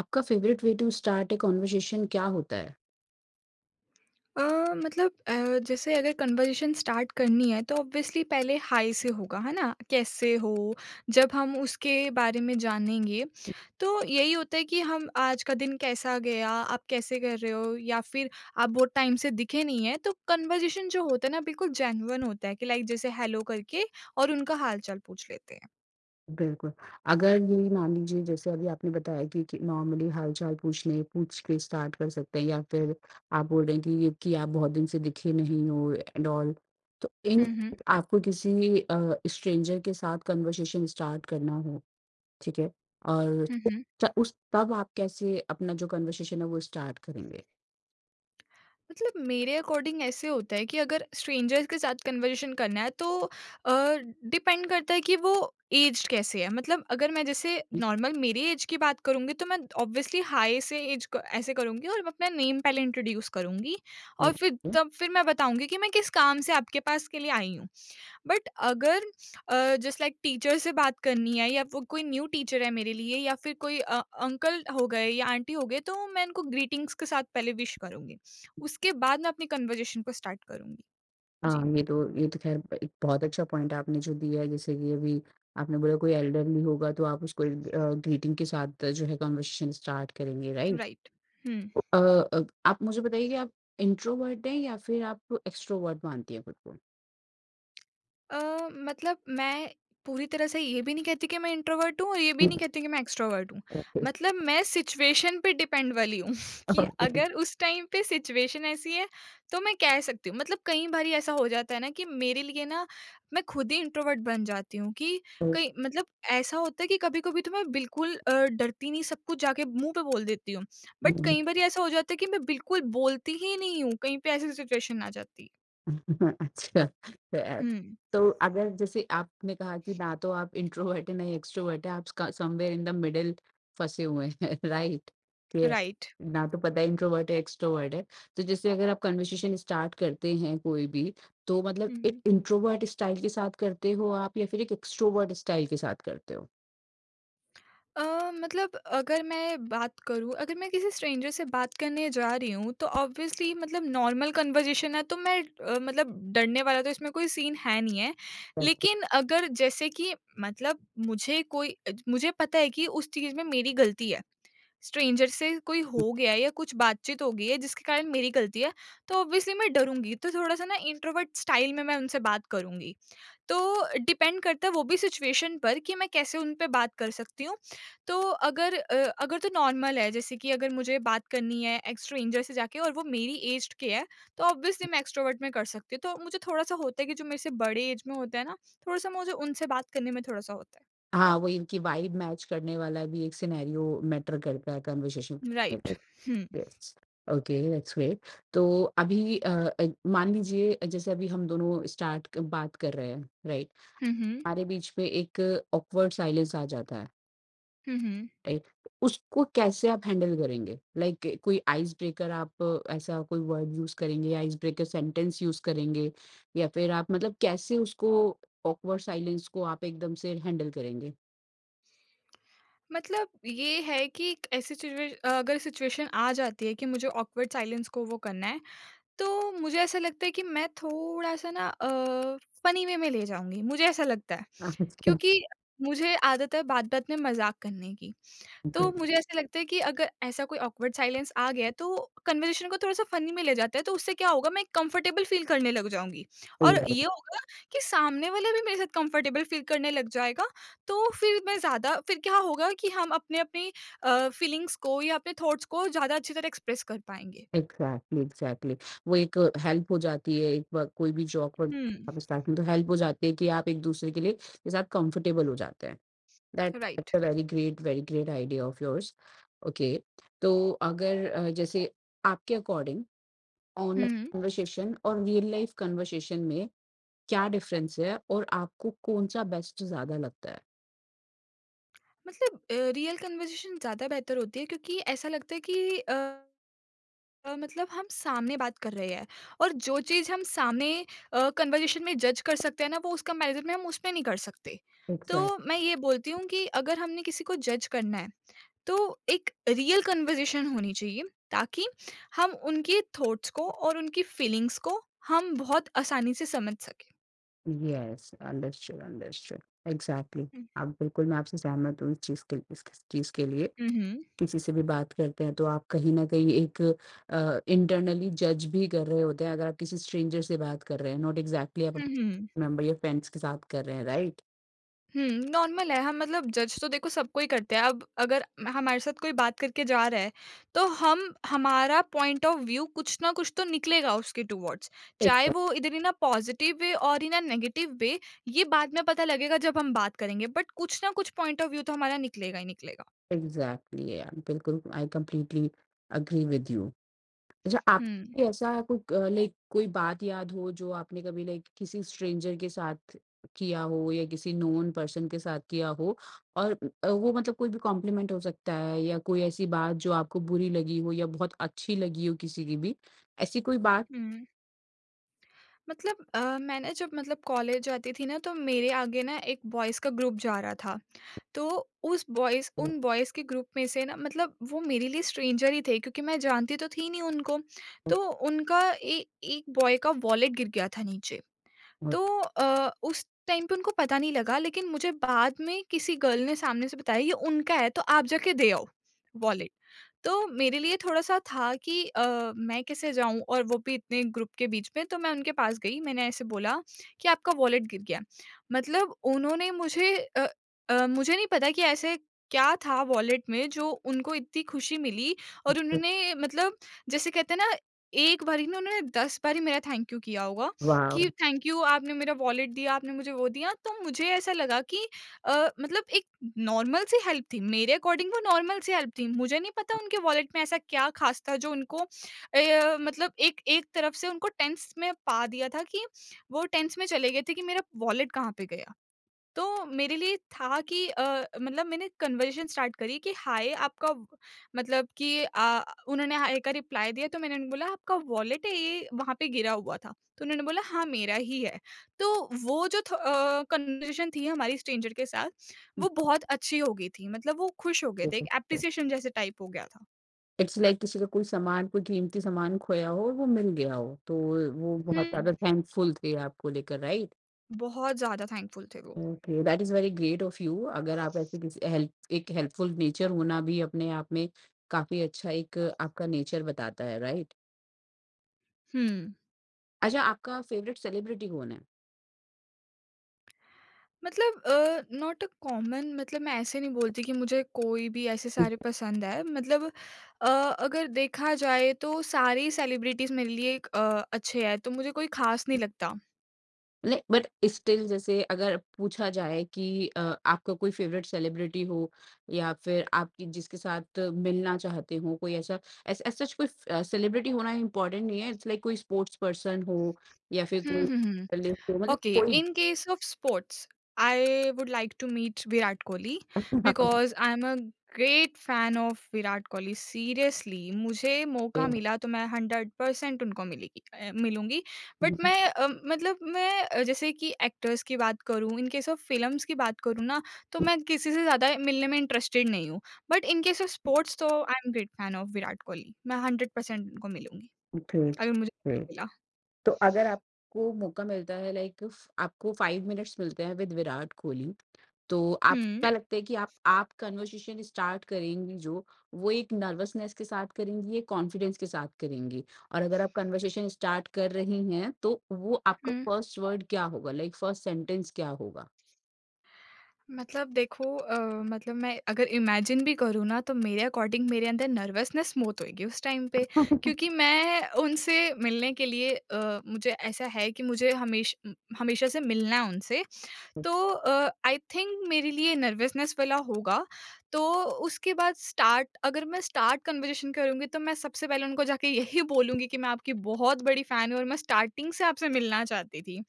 आपका favourite way to start a conversation क्या होता है? अ, मतलब जैसे अगर कन्वर्सेशन स्टार्ट करनी है तो ऑब्वियसली पहले हाय से होगा, है ना? कैसे हो? जब हम उसके बारे में जानेंगे, तो यही होता है कि हम आज का दिन कैसा गया? आप कैसे कर रहे हो? या फिर आप बहुत टाइम से दिखे नहीं हैं, तो कन्वर्सेशन जो होता है ना बिल्कुल जेन्युइन होता है कि लाइक जैसे हेलो करके और उनका हाल-चाल पूछ लेते हैं। बिल्कुल। अगर ये मान लीजिए जैसे अभी आपने बताया कि नॉर्मली हाल-चाल पूछने पूछ के स्टार्ट कर सकते हैं, या फिर आप बोल रहे हैं कि ये कि आप बहुत दिन से दिखे नहीं हो एंड ऑल। तो हुँ, इन हुँ। आपको किसी स्ट्रेंजर के साथ कन्वर्सेशन स्टार्ट करना हो, ठीक है? और हुँ, हुँ। त उस तब आप कैसे अपना जो कन्वर्सेशन है वो स्टार्ट करेंगे? मतलब मेरे अकॉर्डिंग ऐसे होता है कि अगर स्ट्रेंजर्स के साथ कन्वर्सेशन करना है तो डिपेंड करता है कि वो एज्ड कैसे है मतलब अगर मैं जैसे नॉर्मल मेरी एज की बात करूंगी तो मैं ऑब्वियसली हाई से एज ऐसे करूंगी और मैं अपना नेम पहले इंट्रोड्यूस करूंगी और फिर ओके। तब फिर मैं बताऊंगी कि मैं किस काम से आपके पास के लिए आई हूँ। बट अगर जस्ट लाइक टीचर से बात करनी है या वो कोई न्यू टीचर है मेरे लिए या फिर कोई अंकल हो गए या आंटी हो गए तो मैं इनको ग्रीटिंग्स के साथ पहले विश करूंगी। उसके बाद मैं अपनी कन्वर्जेशन को स्टार्ट करूंगी। जी। हाँ, ये तो ख़ैर एक बहुत अच्छा पॉइंट आपने जो दिया है। जैसे कि अभी आपने बोला कोई एल्डरली होगा तो आप उसको ग्रीटिंग के साथ जो है कन्वर्सेशन स्टार्ट करेंगे, राइट? राइट। अ आप मुझे बताइए कि आप इंट्रोवर्ट हैं या फिर आप एक्सट्रोवर्ट मानती हैं खुद को? मतलब मैं पूरी तरह से ये भी नहीं कहती कि मैं इंट्रोवर्ट हूँ और ये भी नहीं कहती कि मैं एक्सट्रोवर्ट हूँ। मतलब मैं सिचुएशन पे डिपेंड वाली हूँ कि अगर उस टाइम पे सिचुएशन ऐसी है, तो मैं कह सकती हूँ। मतलब कई बारी ऐसा हो जाता है ना कि मेरे लिए ना मैं खुद ही इंट्रोवर्ट बन जाती हूँ कि कई मतलब ऐसा होता है कि कभी-कभी तो मैं बिल्कुल डरती नहीं, सब कुछ जाके मुँह पे बोल देती हूँ। But okay. कई बारी ऐसा हो जाता है कि मैं बिल्कुल बोलती ही नहीं हूँ, कहीं पे ऐसी सिचुएशन आ जाती है। अच्छा। अ, हुँ। तो अगर जैसे आपने कहा कि ना तो आप इंट्रोवर्ट हैं ना एक्सट्रोवर्ट हैं, आप समवेयर इन द मिडिल फंसे हुए हैं। राइट कि राइट। ना तो पता है इंट्रोवर्ट है एक्सट्रोवर्ट है। तो जैसे अगर आप कन्वर्सेशन स्टार्ट करते हैं कोई भी, तो मतलब एक हुँ। इंट्रोवर्ट स्टाइल के साथ करते हो आप या फिर एक एक्सट्रोवर्ट स्टाइल के साथ करते हो? मतलब अगर मैं बात करूँ अगर मैं किसी स्ट्रेंजर से बात करने जा रही हूँ, तो ऑब्वियसली मतलब नॉर्मल कन्वर्सेशन है तो मैं मतलब डरने वाला तो इसमें कोई सीन है नहीं है। Correct. लेकिन अगर जैसे कि मतलब मुझे कोई मुझे पता है कि उस चीज़ में मेरी गलती है, स्ट्रेंजर से कोई हो गया है या कुछ बातचीत हो गई है जिसके कारण मेरी गलती है, तो ऑब्वियसली मैं डरूँगी। तो थोड़ा-सा ना इंट्रोवर्ट स्टाइल में मैं उनसे बात करूँगी। तो डिपेंड करता है वो भी सिचुएशन पर कि मैं कैसे उन पे बात कर सकती हूँ। तो अगर अ, अगर तो नॉर्मल है जैसे कि अगर मुझे बात करनी है एक स्ट्रेंजर से जाके और वो मेरी एज के है, तो ऑब्वियसली मैं एक्स्ट्रोवर्ट में कर सकती हूँ। तो मुझे थोड़ा-सा होता है कि जो मेरे से बड़े एज में होते हैं ना, थोड़ा-सा मुझे उनसे बात करने में थोड़ा-सा होता हाँ, वही इनकी वाइब मैच करने वाला भी एक सिनेरियो मैटर करता है कन्वर्सेशन। है। राइट। हुँ। यस। Okay, that's great. तो अभी अ, मान लीजिए, जैसे अभी हम दोनों स्टार्ट क बात कर रहे हैं, राइट? हुँ, हुँ। हमारे बीच में एक ऑकवर्ड साइलेंस आ जाता है, हुँ, हुँ। राइट? उसको कैसे आप हैंडल करेंगे? लाइक कोई आइस ब्रेकर आप ऐसा कोई वर्ड यूज़ करेंगे, आइस ब्रेकर सेंटेंस यूज़ करेंगे, या फिर आप मतलब कैसे उसको ऑकवर्ड साइलेंस को आप एकदम से हैंडल करेंगे? मतलब ये है कि एक ऐसी सिचुए अगर सिचुएशन आ जाती है कि मुझे ऑकवर्ड साइलेंस को वो करना है, तो मुझे ऐसा लगता है कि मैं थोड़ा-सा ना फ़नी वे में ले जाऊँगी, मुझे ऐसा लगता है। क्योंकि मुझे आदत है बात-बात में मज़ाक करने की, तो मुझे ऐसा लगता है कि अगर ऐसा कोई ऑकवर्ड साइलेंस आ गया है, तो कन्वर्सेशन को थोड़ा-सा फ़नी में ले जाते हैं, तो उससे क्या होगा मैं कंफर्टेबल फ़ील करने लग जाऊँगी। और ये अच्छा। होगा कि सामने वाला भी मेरे साथ कंफर्टेबल फ़ील करने लग जाएगा, तो फिर मैं ज़्यादा फिर क्या होगा कि हम अपने-अपने फीलिंग्स को या अपने थॉट्स को ज़्यादा अच्छी तरह एक्सप्रेस कर पाएँगे। एग्जैक्टली एग्जैक्टली, वो एक हेल्प हो जाती है एक बार कोई भी जॉब पर। हुँ, आप स्टार्ट में तो हेल्प हो जाती है कि आप एक दूसरे के लिए के साथ कंफर्टेबल हो जाते हैं। That right. That's a very great idea of yours. Okay. तो अगर जैसे आपके अकॉर्डिंग हुँ, ऑनलाइन हुँ। कन्वर्सेशन और रियल लाइफ कन्वर्सेशन में क्या डिफरेंस है, और आपको कौन सा बेस्ट ज्यादा लगता है? मतलब रियल कन्वर्सेशन ज़्यादा बेहतर होती है क्योंकि ऐसा लगता है कि मतलब हम सामने बात कर रहे हैं और जो चीज़ हम सामने कन्वर्सेशन में जज कर सकते हैं ना वो उसका कंपैरिजन में हम उसमें नहीं कर सकते। तो एग्जैक्टली। मैं ये बोलती हूँ कि अगर हमने किसी को जज करना है तो एक रियल कन्वर्सेशन होनी चाहिए ताकि हम उनके थॉट्स को और उनकी फीलिंग्स को हम बहुत आसानी से समझ सकें। Yes, understood understood. एग्जैक्टली। हम्म, आप बिल्कुल, मैं आपसे सहमत हूँ इस चीज के, इस चीज के लिए। हम्म। किसी से भी बात करते हैं तो आप कहीं न कहीं एक इंटरनली जज भी कर रहे होते हैं। अगर आप किसी स्ट्रेंजर से बात कर रहे हैं, नॉट एक्ज़ैक्टली आप हम्म। मेंबर या फ्रेंड्स के साथ कर रहे हैं, राइट? हुँ, नॉर्मल है। हम मतलब जज तो देखो सबको ही करते हैं। अब अगर हमारे साथ कोई बात करके जा रहा है, तो हम हमारा पॉइंट ऑफ व्यू कुछ ना कुछ तो निकलेगा उसके टुवर्ड्स। चाहे एग्ज़ैक्ट वो इधर ही ना पॉज़िटिव वे और ही ना नेगेटिव वे, ये बाद में पता लगेगा जब हम बात करेंगे। बट कुछ ना कुछ पॉइंट ऑफ व्यू तो हमारा निकलेगा ही निकलेगा। एग्ज़ैक्टली यार, बिल्कुल I completely agree with you. अच्छा, हुँ। आपको ऐसा कोई क लाइक कोई बात याद हो जो आपने कभी लाइक किसी स्ट्रेंजर के साथ किया हो या किसी नोन पर्सन के साथ किया हो, और वो मतलब कोई भी कॉम्प्लीमेंट हो सकता है या कोई ऐसी बात जो आपको बुरी लगी हो या बहुत अच्छी लगी हो किसी की भी, ऐसी कोई बात? हुँ। मतलब मैंने जब मतलब कॉलेज जाती थी ना, तो मेरे आगे ना एक बॉयज़ का ग्रुप जा रहा था। तो उस बॉयज़ उन बॉयज़ के ग्रुप में से ना मतलब वो मेरे लिए स्ट्रेंजर ही थे क्योंकि मैं जानती तो थी नहीं उनको। तो उनका ए एक बॉय का वॉलेट गिर गया था नीचे। तो उस टाइम पे उनको पता नहीं लगा लेकिन मुझे बाद में किसी गर्ल ने सामने से बताया ये उनका है तो आप जाके दे आओ वॉलेट। तो मेरे लिए थोड़ा-सा था कि मैं कैसे जाऊँ और वो भी इतने ग्रुप के बीच में, तो मैं उनके पास गई, मैंने ऐसे बोला कि आपका वॉलेट गिर गया। मतलब उन्होंने मुझे नहीं पता कि ऐसे क्या था वॉलेट में जो उनको इतनी खुशी मिली। और उन्होंने मतलब जैसे कहते हैं ना, एक बार ही नहीं उन्होंने 10 बार ही मेरा थैंक यू किया होगा वॉव! कि थैंक यू आपने मेरा वॉलेट दिया, आपने मुझे वो दिया। तो मुझे ऐसा लगा कि मतलब एक नॉर्मल सी हेल्प थी, मेरे अकॉर्डिंग वो नॉर्मल सी हेल्प थी। मुझे नहीं पता उनके वॉलेट में ऐसा क्या ख़ास था जो उनको मतलब एक एक तरफ से उनको टेंस में पा दिया था कि वो टेंस में चले गए थे कि मेरा वॉलेट कहाँ पे गया? तो मेरे लिए था कि मतलब मैंने कन्वर्सेशन स्टार्ट करी कि हाय आपका मतलब कि उन्होंने हाय का रिप्लाई दिया तो मैंने उन्हें बोला आपका वॉलेट है ये वहाँ पे गिरा हुआ था। तो उन्होंने बोला हाँ मेरा ही है। तो वो जो कन्वर्सेशन थी हमारी स्ट्रेंजर के साथ वो बहुत अच्छी हो गई थी मतलब वो खुश हो गए थे एक हुँ, एप्रिसिएशन जैसे टाइप हो गया था। इट्स लाइक किसी का कोई सामान, कोई कीमती सामान खोया हो और वो मिल गया हो, तो वो बहुत हम्म। ज़्यादा थैंकफुल थे आपको लेकर, राइट? बहुत ज्यादा थैंकफुल थे वो। Okay, that is very great of you. अगर आप ऐसे किसी हेल्प एक हेल्पफुल नेचर होना भी अपने आप में काफ़ी अच्छा एक आपका नेचर बताता है, राइट? हम्म। अच्छा, आपका फ़ेवरेट सेलिब्रिटी कौन है? मतलब नॉट अ कॉमन मतलब मैं ऐसे नहीं बोलती कि मुझे कोई भी ऐसे सारे पसंद है मतलब अगर देखा जाए तो सारे सेलिब्रिटीज़ मेरे लिए एक, अच्छे हैं तो मुझे कोई खास नहीं लगता। नहीं, बट स्टिल जैसे अगर पूछा जाए कि आपका कोई फेवरेट सेलिब्रिटी हो या फिर आपकी जिसके साथ मिलना चाहते हो, कोई ऐसा एस एज़ सच कोई सेलिब्रिटी होना इम्पोर्टेंट नहीं है, इट्स लाइक कोई स्पोर्ट्स पर्सन हो या फिर कोई Mm-hmm. Mm-hmm. journalist हो, मतलब Okay, कोई भी। in case of sports, I would like to meet Virat Kohli because I'm a great fan of Virat Kohli. Seriously मुझे मौका मिला तो मैं 100% उनको मिलूंगी। बट मैं मतलब मैं जैसे कि एक्टर्स की बात करूँ इन केस ऑफ फिल्म्स की बात करूँ ना तो मैं किसी से ज़्यादा मिलने में इंटरेस्टेड नहीं हूँ। But in case of sports तो I am great fan of Virat Kohli, मैं 100% उनको मिलूंगी ग्रेट, अगर मुझे ग्रेट। मौका मिला। तो अगर आपको मौका मिलता है लाइक फ आपको 5 मिनट्स मिलते हैं विद विराट कोहली, तो आप हम्म। क्या लगता है कि आप कन्वर्सेशन स्टार्ट करेंगी जो, वो एक नर्वसनेस के साथ करेंगी या कॉन्फिडेंस के साथ करेंगी? और अगर आप कन्वर्सेशन स्टार्ट कर रही हैं, तो वो आपका हम्म। फर्स्ट वर्ड क्या होगा? लाइक फर्स्ट सेंटेंस क्या होगा? मतलब देखो मतलब मैं अगर इमेजिन भी करूँ ना तो मेरे अकॉर्डिंग मेरे अंदर नर्वसनेस बहुत होएगी उस टाइम पे क्योंकि मैं उनसे मिलने के लिए मुझे ऐसा है कि मुझे हमेशा से मिलना है उनसे। तो आई थिंक मेरे लिए नर्वसनेस वाला होगा। तो उसके बाद स्टार्ट अगर मैं स्टार्ट कन्वर्जेशन करूँगी तो मैं सबसे पहले उनको जाके यही बोलूँगी कि मैं आपकी बहुत बड़ी फ़ैन हूँ और मैं स्टार्टिंग से आपसे मिलना चाहती थी।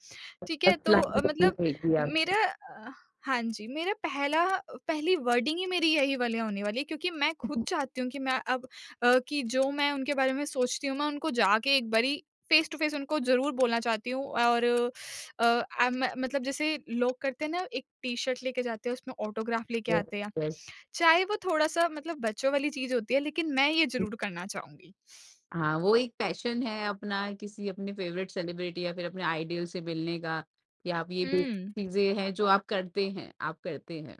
ठीक है फर्स्ट तो लाइन वही मतलब रहेगी आपकी। मेरा अ, हाँ जी, मेरा पहला पहली वर्डिंग ही मेरी यही वाली होने वाली है क्योंकि मैं खुद चाहती हूँ कि मैं अब कि जो मैं उनके बारे में सोचती हूँ मैं उनको जाके एक बारी फेस टू फेस उनको जरूर बोलना चाहती हूँ। और मतलब जैसे लोग करते हैं ना एक टी शर्ट लेके जाते हैं उसमें ऑटोग्राफ लेके यस, आते हैं। यस। चाहे वो थोड़ा सा मतलब बच्चों वाली चीज होती है लेकिन मैं ये जरूर करना चाहूंगी। हाँ, वो एक पैशन है अपना किसी अपने फेवरेट सेलिब्रिटी या फिर अपने आइडल से मिलने का, कि आप ये बेसिक हम्म। चीज़ें हैं जो आप करते हैं,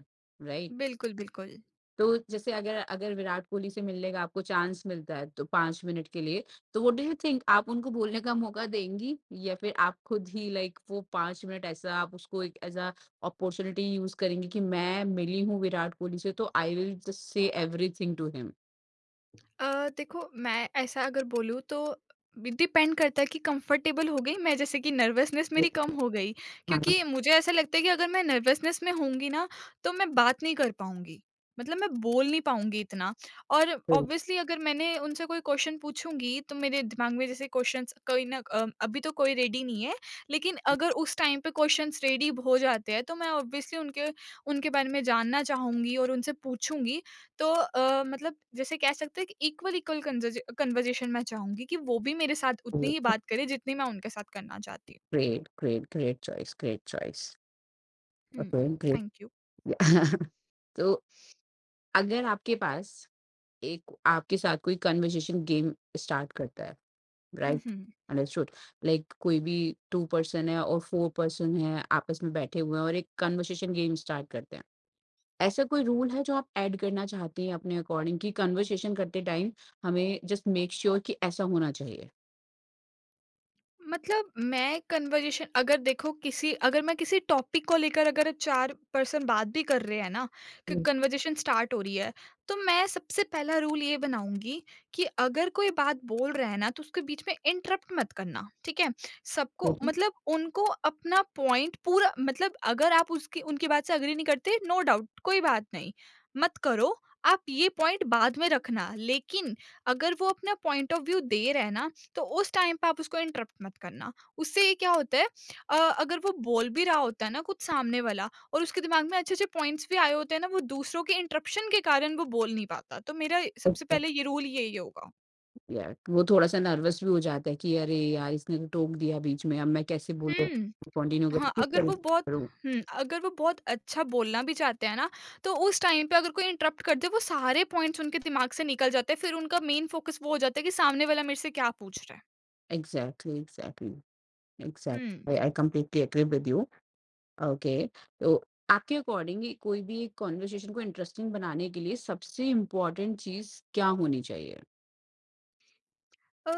राइट? बिल्कुल बिल्कुल। तो जैसे अगर अगर विराट कोहली से मिलने का आपको चांस मिलता है तो 5 मिनट के लिए, तो व्हाट डू यू थिंक आप उनको बोलने का मौका देंगी? या फिर आप खुद ही लाइक वो 5 मिनट ऐसा आप उसको एक एज़ अ अपॉर्च्युनिटी यूज़ करेंगी कि मैं मिली हूँ विराट कोहली से तो I will just say everything to him? देखो मैं ऐसा अगर बोलूँ तो डिपेंड करता है कि कंफर्टेबल हो गई मैं जैसे कि नर्वसनेस मेरी कम हो गई हाँ, क्योंकि मुझे ऐसा लगता है कि अगर मैं नर्वसनेस में होंगी ना तो मैं बात नहीं कर पाऊंगी, मतलब मैं बोल नहीं पाऊंगी इतना। और ऑब्वियसली अगर मैंने उनसे कोई क्वेश्चन पूछूंगी तो मेरे दिमाग में जैसे क्वेश्चंस कोई ना अभी तो कोई रेडी नहीं है लेकिन अगर उस टाइम पे क्वेश्चंस रेडी हो जाते हैं तो मैं ऑब्वियसली उनके उनके बारे में जानना चाहूंगी और उनसे पूछूंगी। तो मतलब जैसे कह सकते हैं कि इक्वल इक्वल कन्वर्जेशन मैं चाहूँगी कि वो भी मेरे साथ उतनी ही ग्रेट, बात करे जितनी मैं उनके साथ करना चाहती हूँ। Great, great, great choice, great choice. Hmm. Okay, great. Thank you. तो अगर आपके पास एक आपके साथ कोई कन्वर्सेशन गेम स्टार्ट करता है, hmm, right? Hmm. Understood. Like कोई भी टू पर्सन है और फोर पर्सन है आपस में बैठे हुए हैं और एक कन्वर्सेशन गेम स्टार्ट करते हैं, ऐसा कोई रूल है जो आप ऐड करना चाहते हैं अपने अकॉर्डिंग कि कन्वर्सेशन करते टाइम हमें जस्ट मेक श्योर कि ऐसा होना चाहिए? मतलब मैं कन्वर्जेशन अगर देखो किसी अगर मैं किसी टॉपिक को लेकर अगर चार पर्सन बात भी कर रहे हैं ना कि हम्म, कन्वर्जेशन स्टार्ट हो रही है तो मैं सबसे पहला रूल ये बनाऊंगी कि अगर कोई बात बोल रहा है ना तो उसके बीच में इंटरप्ट मत करना, ठीक है? सबको हम्म, मतलब उनको अपना पॉइंट पूरा मतलब अगर आप उसकी उनकी बात से अग्री नहीं करते नो डाउट कोई बात नहीं, मत करो, आप ये पॉइंट बाद में रखना। लेकिन अगर वो अपना पॉइंट ऑफ व्यू दे रहे हैं ना तो उस टाइम पे आप उसको इंटरप्ट मत करना। उससे ये क्या होता है अगर वो बोल भी रहा होता है ना कुछ सामने वाला और उसके दिमाग में अच्छे-अच्छे पॉइंट्स भी आए होते हैं ना, वो दूसरों के इंटरप्शन के कारण वो बोल नहीं पाता। तो मेरा सबसे अच्छा। पहले ये रूल यही होगा। यार, वो थोड़ा सा नर्वस भी हो जाता है कि अरे यार इसने तो टोक दिया बीच में, अब मैं कैसे बोलूँ, हुँ। कंटिन्यू हाँ। करूँ। हुँ, अगर वो बहुत अच्छा बोलना भी चाहते हैं ना, तो उस टाइम पे अगर कोई इंटरप्ट कर दे, वो सारे पॉइंट्स उनके दिमाग से निकल जाते हैं। फिर उनका मेन फ़ोकस वो हो जाता है कि सामने वाला मेरे से क्या पूछ रहा है। Exactly exactly hmm. Exactly, I completely agree with you. Okay. तो आपके अकॉर्डिंग ये कोई भी एक कॉन्वर्सेशन को इंटरेस्टिंग बनाने के लिए सबसे इम्पोर्टेंट चीज़ क्या होनी चाहिए? अ,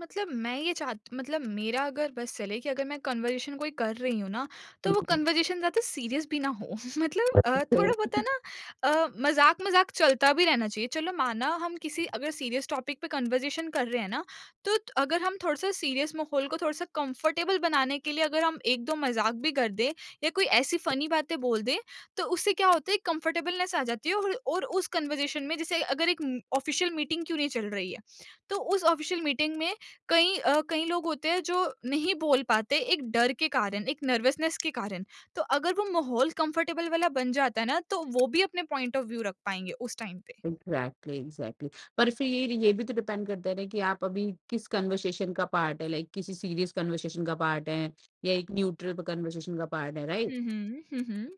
मतलब मैं ये चाहत मतलब मेरा अगर बस चले कि अगर मैं कन्वर्जेशन कोई कर रही हूँ ना, तो वो हुँ, कन्वर्जेशन ज़्यादा सीरियस भी ना हो। मतलब थोड़ा ओके। बहुत है ना मज़ाक-मज़ाक चलता भी रहना चाहिए। चलो माना हम किसी अगर सीरियस टॉपिक पे कन्वर्जेशन कर रहे हैं ना, तो त अगर हम थोड़ा-सा सीरियस माहौल को थोड़ा-सा कंफर्टेबल बनाने के लिए अगर हम 1-2 मज़ाक भी कर दें या कोई ऐसी फ़नी बातें बोल दें, तो उससे क्या होता है कंफर्टेबलनेस आ जाती है और उस कन्वर्जेशन में जैसे अगर एक ऑफ़िशियल मीटिंग क्यों नहीं चल रही है। तो उस ऑफिशियल मीटिंग में कई लोग होते हैं जो नहीं बोल पाते एक डर के कारण, एक नर्वसनेस के कारण। तो अगर वो माहौल कंफर्टेबल वाला बन जाता है ना, तो वो भी अपने पॉइंट ऑफ व्यू रख पाएँगे उस टाइम पे। Exactly, exactly. पर फिर ये भी तो डिपेंड करता है ना कि आप अभी किस कन्वर्सेशन का पार्ट है, लाइक किसी सीरियस कन्वर्सेशन का पार्ट हैं या एक न्यूट्रल कन्वर्सेशन का पार्ट है, right? Hmm, hmm. Hmm, hmm.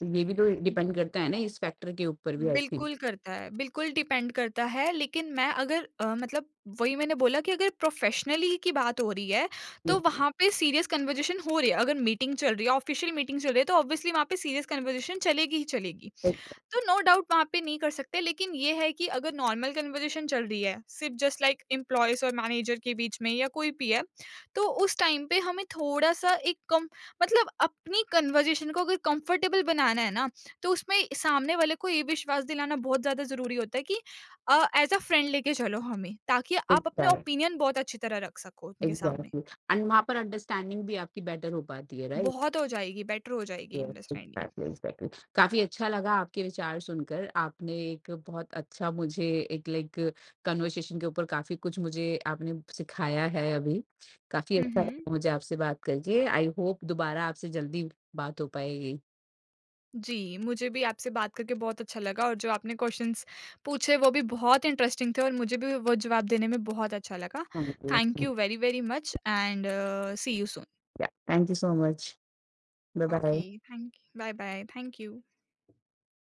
तो ये भी तो डिपेंड करता है ना इस फैक्टर के ऊपर भी, आई थिंक। बिल्कुल करता है, बिल्कुल डिपेंड करता है लेकिन मैं अगर मतलब वही मैंने बोला कि अगर प्रोफ़ेशनली की बात हो रही है, तो ये हुँ। वहाँ पे सीरियस कन्वर्सेशन हो रही है। अगर मीटिंग चल रही है, ऑफ़िशियल मीटिंग चल रही है तो ऑब्वियसली वहाँ पे सीरियस कन्वर्सेशन चलेगी ही चलेगी। तो नो डाउट वहाँ पे नहीं कर सकते लेकिन ये है कि अगर नॉर्मल कन्वर्सेशन चल रही है, सिर्फ़ जस्ट लाइक एम्प्लॉइज़ और मैनेजर के बीच में या कोई भी है, तो उस टाइम पे हमें थोड़ा-सा एक कम मतलब अपनी कन्वर्सेशन को अगर कंफर्टेबल बनाना है ना तो उसमें सामने वाले को ये विश्वास दिलाना बहुत ज़्यादा ज़रूरी होता है कि एज अ फ्रेंड लेके चलो हमें ताकि आप अपने एग्ज़ैक्ट ओपिनियन बहुत अच्छी तरह रख सको उनके सामने। एग्ज़ैक्टली। एंड वहाँ पर अंडरस्टैंडिंग भी आपकी बेटर हो पाती है, राइट? बहुत हो जाएगी, बेटर हो जाएगी अंडरस्टैंडिंग। Exactly exactly. काफी अच्छा लगा आपके विचार सुनकर, आपने एक बहुत अच्छा मुझे एक लाइक कन्वर्सेशन के ऊपर काफी कुछ मुझे आपने सिखाया है अभी। काफी हम्म। अच्छा हम्म। लगा मुझे आपसे बात करके, आई होप दोबारा आपसे जल्दी बात हो पाएगी। जी मुझे भी आपसे बात करके बहुत अच्छा लगा और जो आपने क्वेश्चंस पूछे वो भी बहुत इंटरेस्टिंग थे और मुझे भी वो जवाब देने में बहुत अच्छा लगा। Thank thank you. You very very much and see you soon. Thank you so much. Bye okay. Bye. Thank bye bye. Thank you.